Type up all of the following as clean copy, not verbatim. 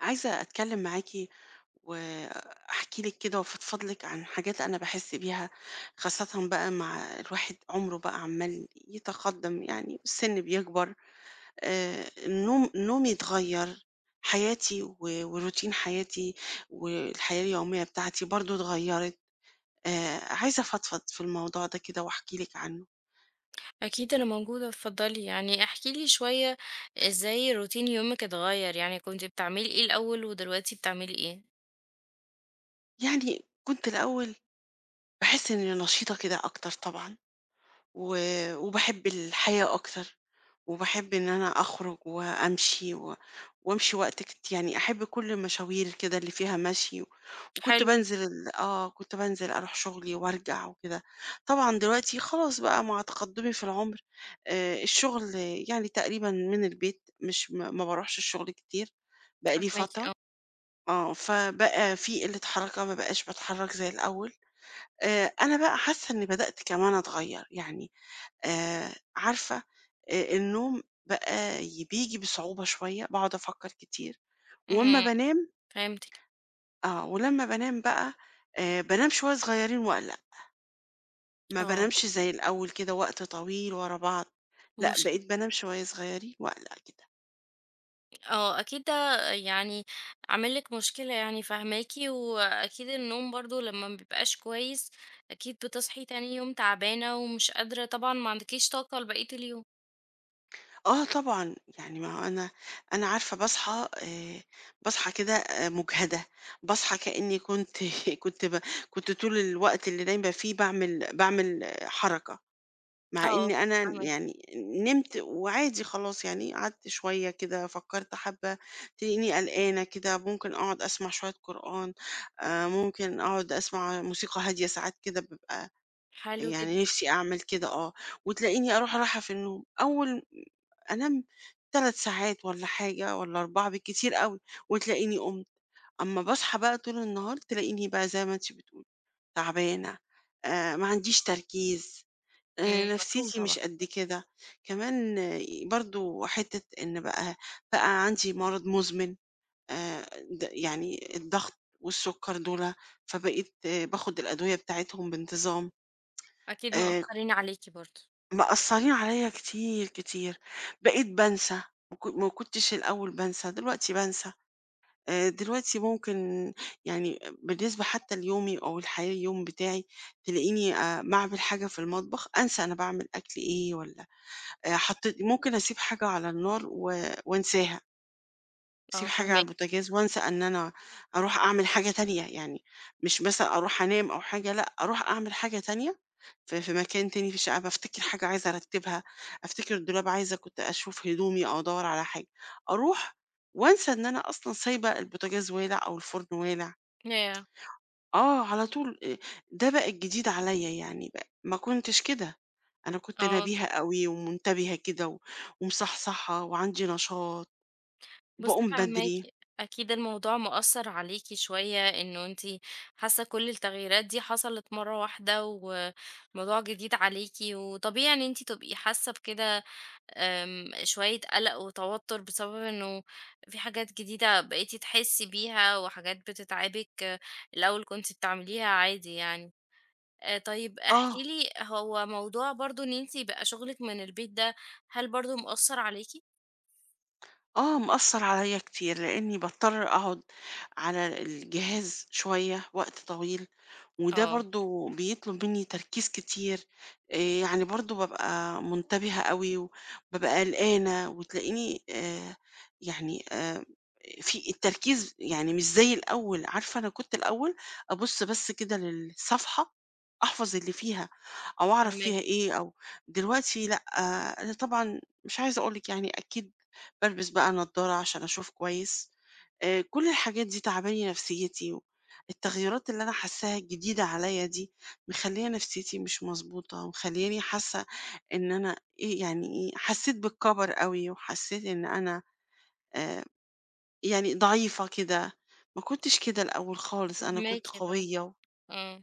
عايزة أتكلم معاكِ وأحكي لِك كده وأفضفض لِك عن حاجات أنا باحس بيها، خاصةً بقى مع الواحد عمره بقى عمّال يتقدم يعني والسن بيكبر. النوم نومي اتغير، حياتي و وروتين حياتي والحياة اليومية بتاعتي برضه اتغيرت. عايزة أفضفض في الموضوع ده كده وأحكي لِك عنه. أكيد أنا موجودة، اتفضلي، يعني احكي لي شوية إزاي روتين يومِك اتغيّر، يعني كنتِ بتعملي إيه الأول ودلوقتي بتعملي إيه؟ يعني كنت الأول باحس إني نشيطة كده أكتر طبعًا، و وباحب الحياة أكتر، وباحب إن أنا أخرج وأمشي و وأمشي وقت يعني أحب كل المشاوير كده اللي فيها مشي، وكنت حلو. بانزل ال آه، كنت بانزل أروح شغلي وأرجع وكده. طبعًا دلوقتي خلاص بقى مع تقدُّمي في العُمر، الشغل يعني تقريبًا من البيت، مش م ما باروحش الشغل كتير بقى لي فاهماكِ، فترة. آه. آه، فبقى في قِلّة حركة، ما بقاش باتحرّك زي الأول. أنا بقى حاسة إني بدأت كمان أتغيّر، يعني عارفة، النوم بقى بييجي بصعوبة شوية، باقعد أفكّر كتير. وأمّا إمم. بانام فهمتِك. آه، ولمّا بانام بقى بانام شوية صغيّرين وأقلق، ما آه. بانامش زي الأول كده وقت طويل ورا بعض، لأ مشك بقيت بانام شوية صغيّرين وأقلق كده. آه. أكيد ده يعني عامل لِك مشكلة، يعني فاهماكِ، وأكيد النوم برضه لمّا ما بيبقاش كويس أكيد بتصحي تاني يوم تعبانة ومش قادرة، طبعًا ما عندكيش طاقة لبقية اليوم. آه طبعًا، يعني ما هو أنا عارفة باصحى كده مُجهدة، باصحى كإنّي كنت كنت ب كنت طول الوقت اللي نايمة فيه باعمل حركة. مع إن آه، أنا فاهماكِ. يعني نمت وعادي خلاص يعني قعدت شوية كده فكرت حبة تلاقيني قلقانة كده ممكن أقعد أسمع شوية قرآن. آه، ممكن أقعد أسمع موسيقى هادية ساعات كده ببقى حلو جدًا. يعني نفسي أعمل كده وتلاقيني أروح رايحة في النوم، أول أنام ثلاث ساعات ولا حاجة ولا أربعة بالكتير قوي وتلاقيني قمت. أما بصحى بقى طول النهار تلاقيني بقى زي ما أنت بتقولي تعبانة. آه، ما عنديش تركيز، إمم، مفهوم نفسيتي طبعًا. مش قد كده. كمان برضه حتّة إن بقى عندي مرض مزمن، آآ د يعني الضغط والسُكّر دُولَة، فبقيت باخُد الأدوية بتاعتهم بانتظام. أكيد آآ مأثّرين عليكِ برضه. مأثّرين عليّا كتير، كتير، بقيت بانسى. ما كنتش الأول بانسى، دلوقتي بانسى. دلوقتي ممكن يعني بالنسبة حتّى ليومي أو اليوم بتاعي تلاقيني باعمل حاجة في المطبخ أنسى أنا باعمل أكل إيه والّا حطيت ممكن أسيب حاجة على النار و وانساها، أسيب آه حاجة على فاهماكِ. البوتاجاز وانسى إن أنا أروح أعمل حاجة تانية، يعني مش مثلًا أروح أنام أو حاجة، لأ، أروح أعمل حاجة تانية في مكان تاني في الشقة، بافتكر حاجة عايزة أرتبها، أفتكر الدولاب عايزة كنت أشوف هدومي أو أدوّر على حاجة، أروح وانسى إن أنا أصلًا سايبة البوتاجاز والع أو الفرن والع. ياه! آه، على طول ده بقى الجديد عليّا، يعني بقى ما كنتش كده، أنا كنت آه، نبيهة أوي ومنتبهة كده و ومصحصحة وعندي نشاط بُصّي وباقوم فاهماكِ، بدري. أكيد الموضوع مأثّر عليكِ شوية، إنه أنتِ حاسة كل التغييرات دي حصلت مرّة واحدة، وموضوع جديد عليكِ، وطبيعي إن أنتِ تبقي حاسة بكده. آمم، شوية قلق وتوتر بسبب إنه في حاجات جديدة بقيتِ تحسي بيها، وحاجات بتتعبِك، آه، الأول كنتِ بتعمليها عادي يعني. طيب آه، احكي لي، هو موضوع برضه إن أنتِ بقى شغلِك من البيت ده، هل برضه مأثّر عليكِ؟ آه، مأثّر عليّا كتير لإني باضطر أقعد على الجهاز شوية وقت طويل، وده آه، برضه بيطلب مني تركيز كتير. يعني برضه بابقى منتبهة أوي، وبابقى قلقانة وتلاقيني يعني في التركيز يعني مش زي الأول. عارفة أنا كنت الأول أبُص بس كده للصفحة أحفظ اللي فيها أو أعرف فاهماكِ. فيها إيه، أو دلوقتي لأ، آه، أنا طبعًا مش عايزة أقول لِك يعني أكيد بالبس بقى نضارة عشان أشوف كويس. كل الحاجات دي تعبانة لي نفسيتي. التغيرات اللي أنا حاساها الجديدة عليَّ دي، مخلية نفسيتي مش مضبوطة، ومخلياني حاسة إن أنا إيه يعني إيه، حسيت بالكبر أوي، وحسيت إن أنا آآ يعني ضعيفة كده، ما كنتش كده الأول خالص، أنا فاهماكِ، كنت قوية آه،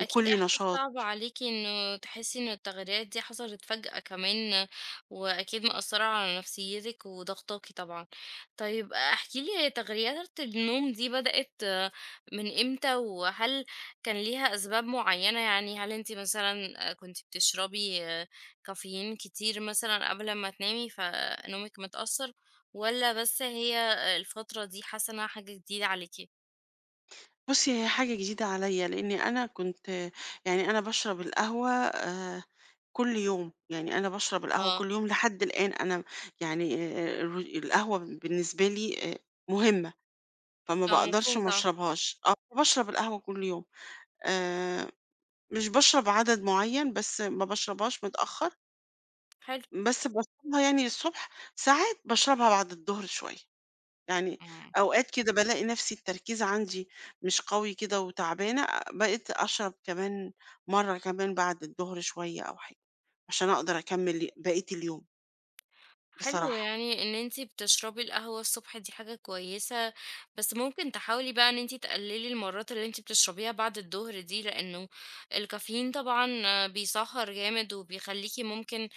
أكيد إحساس نشاط. صعب عليكِ إنه تحسي إن التغييرات دي حصلت فجأة كمان، وأكيد مأثرة على نفسيتِك وضغطاكِ طبعًا. طيب احكِ لي، هي تغييرات النوم دي بدأت آه، من إمتى، وهل كان ليها أسباب معينة؟ يعني هل أنتِ مثلًا كنتِ بتشربي آه، كافيين كتير مثلًا قبل ما تنامي فنومِك متأثر، والّا بس هي الفترة دي حاسة إنها حاجة جديدة عليكِ؟ بُصّي، هي حاجة جديدة عليَّ، لإني أنا كنت يعني أنا باشرب القهوة كل يوم، يعني أنا باشرب القهوة آه. كل يوم لحد الآن. أنا يعني الر القهوة بالنسبة لي مهمة. فما آه، باقدرش مفهوم ما طبعًا. اشربهاش. آه، باشرب القهوة كل يوم. آآ، مش باشرب عدد معيّن، بس ما باشربهاش متأخّر، حلو. بس باشربها يعني الصبح، ساعات باشربها بعد الضهر شوية. يعني إمم. أوقات كده بالاقي نَفْسي التركيز عندي مش قوي كده وتعبانة، بقيت أشرب كمان مرّة كمان بعد الضهر شوية أو حاجة، عشان أقدر أكمّل بقية اليوم حلو، بصراحة. يعني ان انتي بتشربي القهوة الصبح دي حاجة كويسة، بس ممكن تحاولي بقى ان انتي تقللي المرات اللي انتي بتشربيها بعد الظهر دي، لانه الكافيين طبعا بيسهر جامد وبيخليكي ممكن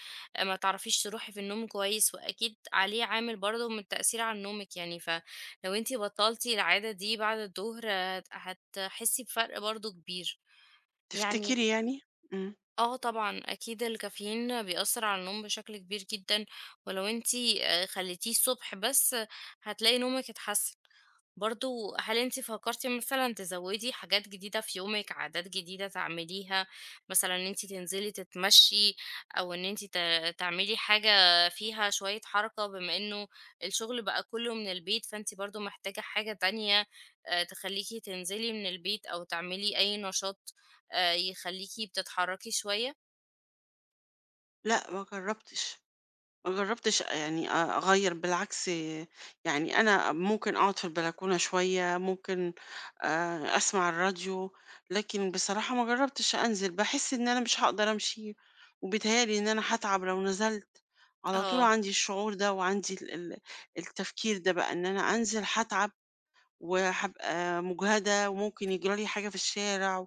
ما تعرفيش تروحي في النوم كويس، واكيد عليه عامل برضه من التأثير على نومك، يعني فلو انتي بطلتي العادة دي بعد الظهر هتحسي بفرق برضه كبير. يعني تفتكري يعني؟ إمم. آه طبعًا، أكيد الكافيين بيأثّر على النوم بشكل كبير جدًا، ولو أنتِ خلّيتيه الصبح بس، آه، هتلاقي نومِك اتحسّن. برضه هل أنتِ فكّرتِ مثلًا تزوّدي حاجات جديدة في يومِك، عادات جديدة تعمليها، مثلًا إن أنتِ تنزلي تتمشّي، أو إن أنتِ تعملي حاجة فيها شوية حركة، بما إنه الشغل بقى كُلّه من البيت، فأنتِ برضه محتاجة حاجة تانية تخلّيكِ تنزلي من البيت أو تعملي أي نشاط؟ يخلّيكِ بتتحرّكي شوية. لأ، ما جرّبتش. ما جرّبتش يعني أغيّر بالعكس، يعني أنا ممكن أقعد في البلكونة شوية، ممكن أسمع الراديو، لكن بصراحة ما جرّبتش أنزل، باحس إن أنا مش هاقدر أمشي، وبيتهيأ لي إن أنا هاتعب لو نزلت، على طول آه، عندي الشعور ده وعندي ال ال التفكير ده بقى إن أنا أنزل هاتعب، وهابقى مُجهدة وممكن يجرى لي حاجة في الشارع،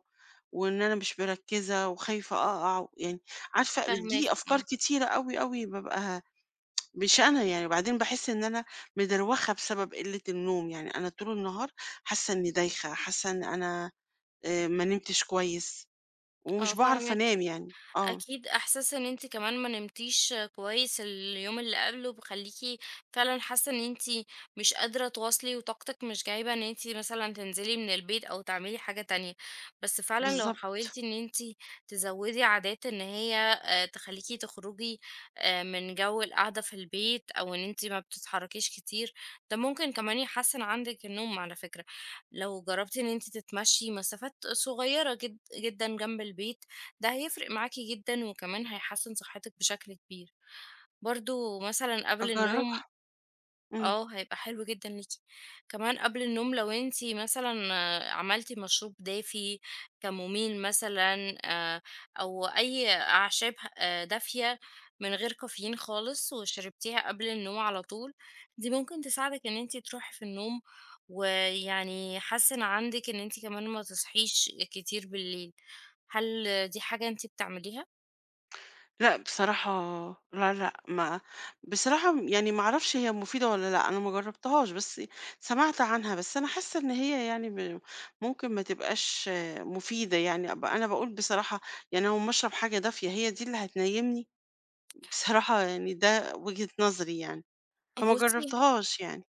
وإن أنا مش مركّزة وخايفة أقع، يعني عارفة بتيجي فاهماكِ. لي أفكار آه، كتيرة أوي، أوي بابقى مش أنا يعني. وبعدين باحس إن أنا مدروخة بسبب قلة النوم، يعني أنا طول النهار حاسة إني دايخة، حاسة إن أنا ما نمتش كويس، آه ومش باعرف فاهماكِ. أنام يعني. آه، أكيد إحساس إن أنتِ كمان ما نمتيش كويس اليوم اللي قبله بيخليكِ فعلًا حاسة إن أنتِ مش قادرة تواصلي، وطاقتِك مش جايبة إن أنتِ مثلًا تنزلي من البيت أو تعملي حاجة تانية، بس فعلًا لو بالضبط، حاولتِ إن أنتِ تزوّدي عادات إن هي تخليكِ تخرجي من جو القعدة في البيت، أو إن أنتِ ما بتتحركيش كتير، ده ممكن كمان يحسن عندِك النوم على فكرة. لو جربتِ إن أنتِ تتمشي مسافات صغيرة جدًا جنب البيت، ده هيفرق معاكِ جدًا، وكمان هيحسّن صحتِك بشكل كبير. برضه مثلًا قبل النوم، أجربها. إمم. آه، هيبقى حلو جدًا ليكِ. كمان قبل النوم لو أنتِ مثلًا عملتِ مشروب دافي، كمومين مثلًا، أو أي أعشاب دافية من غير كافيين خالص، وشربتيها قبل النوم على طول، دي ممكن تساعدِك إن أنتِ تروحي في النوم، ويعني حاسّن عندِك إن أنتِ كمان ما تصحيش كتير بالليل. هل دي حاجة أنتِ بتعمليها؟ لأ بصراحة، لا، لأ، ما بصراحة يعني ما أعرفش هي مفيدة والّا لأ، أنا ما جربتهاش، بس سمعت عنها، بس أنا حاسة إن هي يعني ممكن ما تبقاش مفيدة يعني، أبقى أنا باقول بصراحة يعني أنا أقوم أشرب حاجة دافية، هي دي اللي هتنيمني؟ بصراحة يعني ده وجهة نظري يعني، فما بُصّي، جرّبتهاش يعني.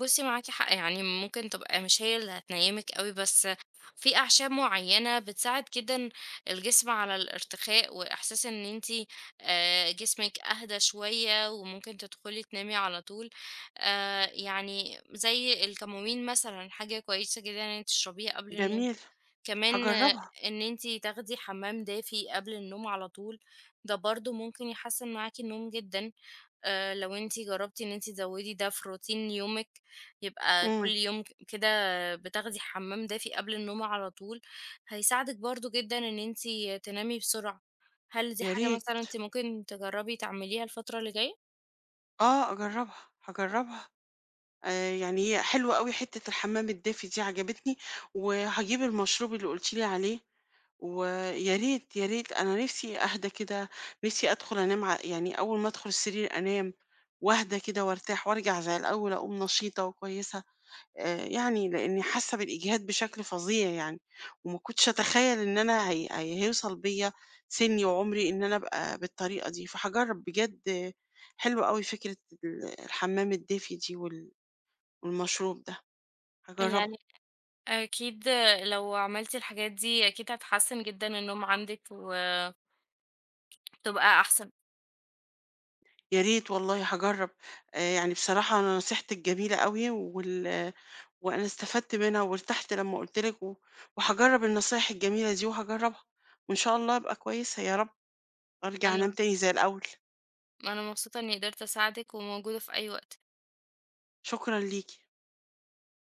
بُصّي معاكِ حق، يعني ممكن تبقى مش هي اللي هتنيّمِك أوي، بس في أعشاب معيّنة بتساعد جدًا الجسم على الارتخاء، وإحساس إن أنتِ جسمِك أهدى شوية، وممكن تدخلي تنامي على طول. يعني زي الكمومين مثلًا، حاجة كويسة جدًا إن أنتِ تشربيها قبل النوم. جميل، كمان آه، هاجرّبها، إن أنتِ تاخدي حمام دافي قبل النوم على طول، ده برضه ممكن يحسّن معاكِ النوم جدًا. لو أنتِ جرّبتِ إن أنتِ تزوّدي ده في روتين يومِك، يبقى كل إمم، يوم كده بتاخدي حمّام دافي قبل النوم على طول، هيساعدِك برضه جدًا إن أنتِ تنامي بسرعة. هل دي يا حاجة ريت. مثلًا أنتِ ممكن تجرّبي تعمليها الفترة اللي جاية؟ آه، أجرّبها، هاجرّبها. يعني هي حلوة أوي حتّة الحمام الدافي دي عجبتني، وهاجيب المشروب اللي قُلتِ لي عليه، ويا ريت، يا ريت أنا نِفْسي أهدى كده، نِفْسي أدخل أنام يعني أول ما أدخل السرير أنام، واهدى كده وارتاح وارجع زي الأول أقوم نشيطة وكويسة. يعني لإني حاسة بالإجهاد بشكل فظيع يعني، وما كنتش أتخيل إن أنا هي هي هيوصل بيّا سِنّي وعُمري إن أنا أبقى بالطريقة دي، فهاجرّب بجد. آه، حلوة أوي فكرة الحمّام الدافي دي والمشروب ده، هاجرّبها، يعني أكيد لو عملتِ الحاجات دي أكيد هتحسّن جدًا النوم عندِك، وتبقى أحسن. يا ريت والله هاجرّب. يعني بصراحة انا نصيحتِك جميلة أوي، وأنا استفدت منها وارتحت لمّا قُلت لِك، و وهاجرّب النصايح الجميلة دي وهاجرّبها، وإن شاء الله أبقى كويسة يا رب أرجع أنام أنا تاني زي الأول. أنا مبسوطة إني قدرت أساعدِك وموجودة في أي وقت. شكرًا ليكِ.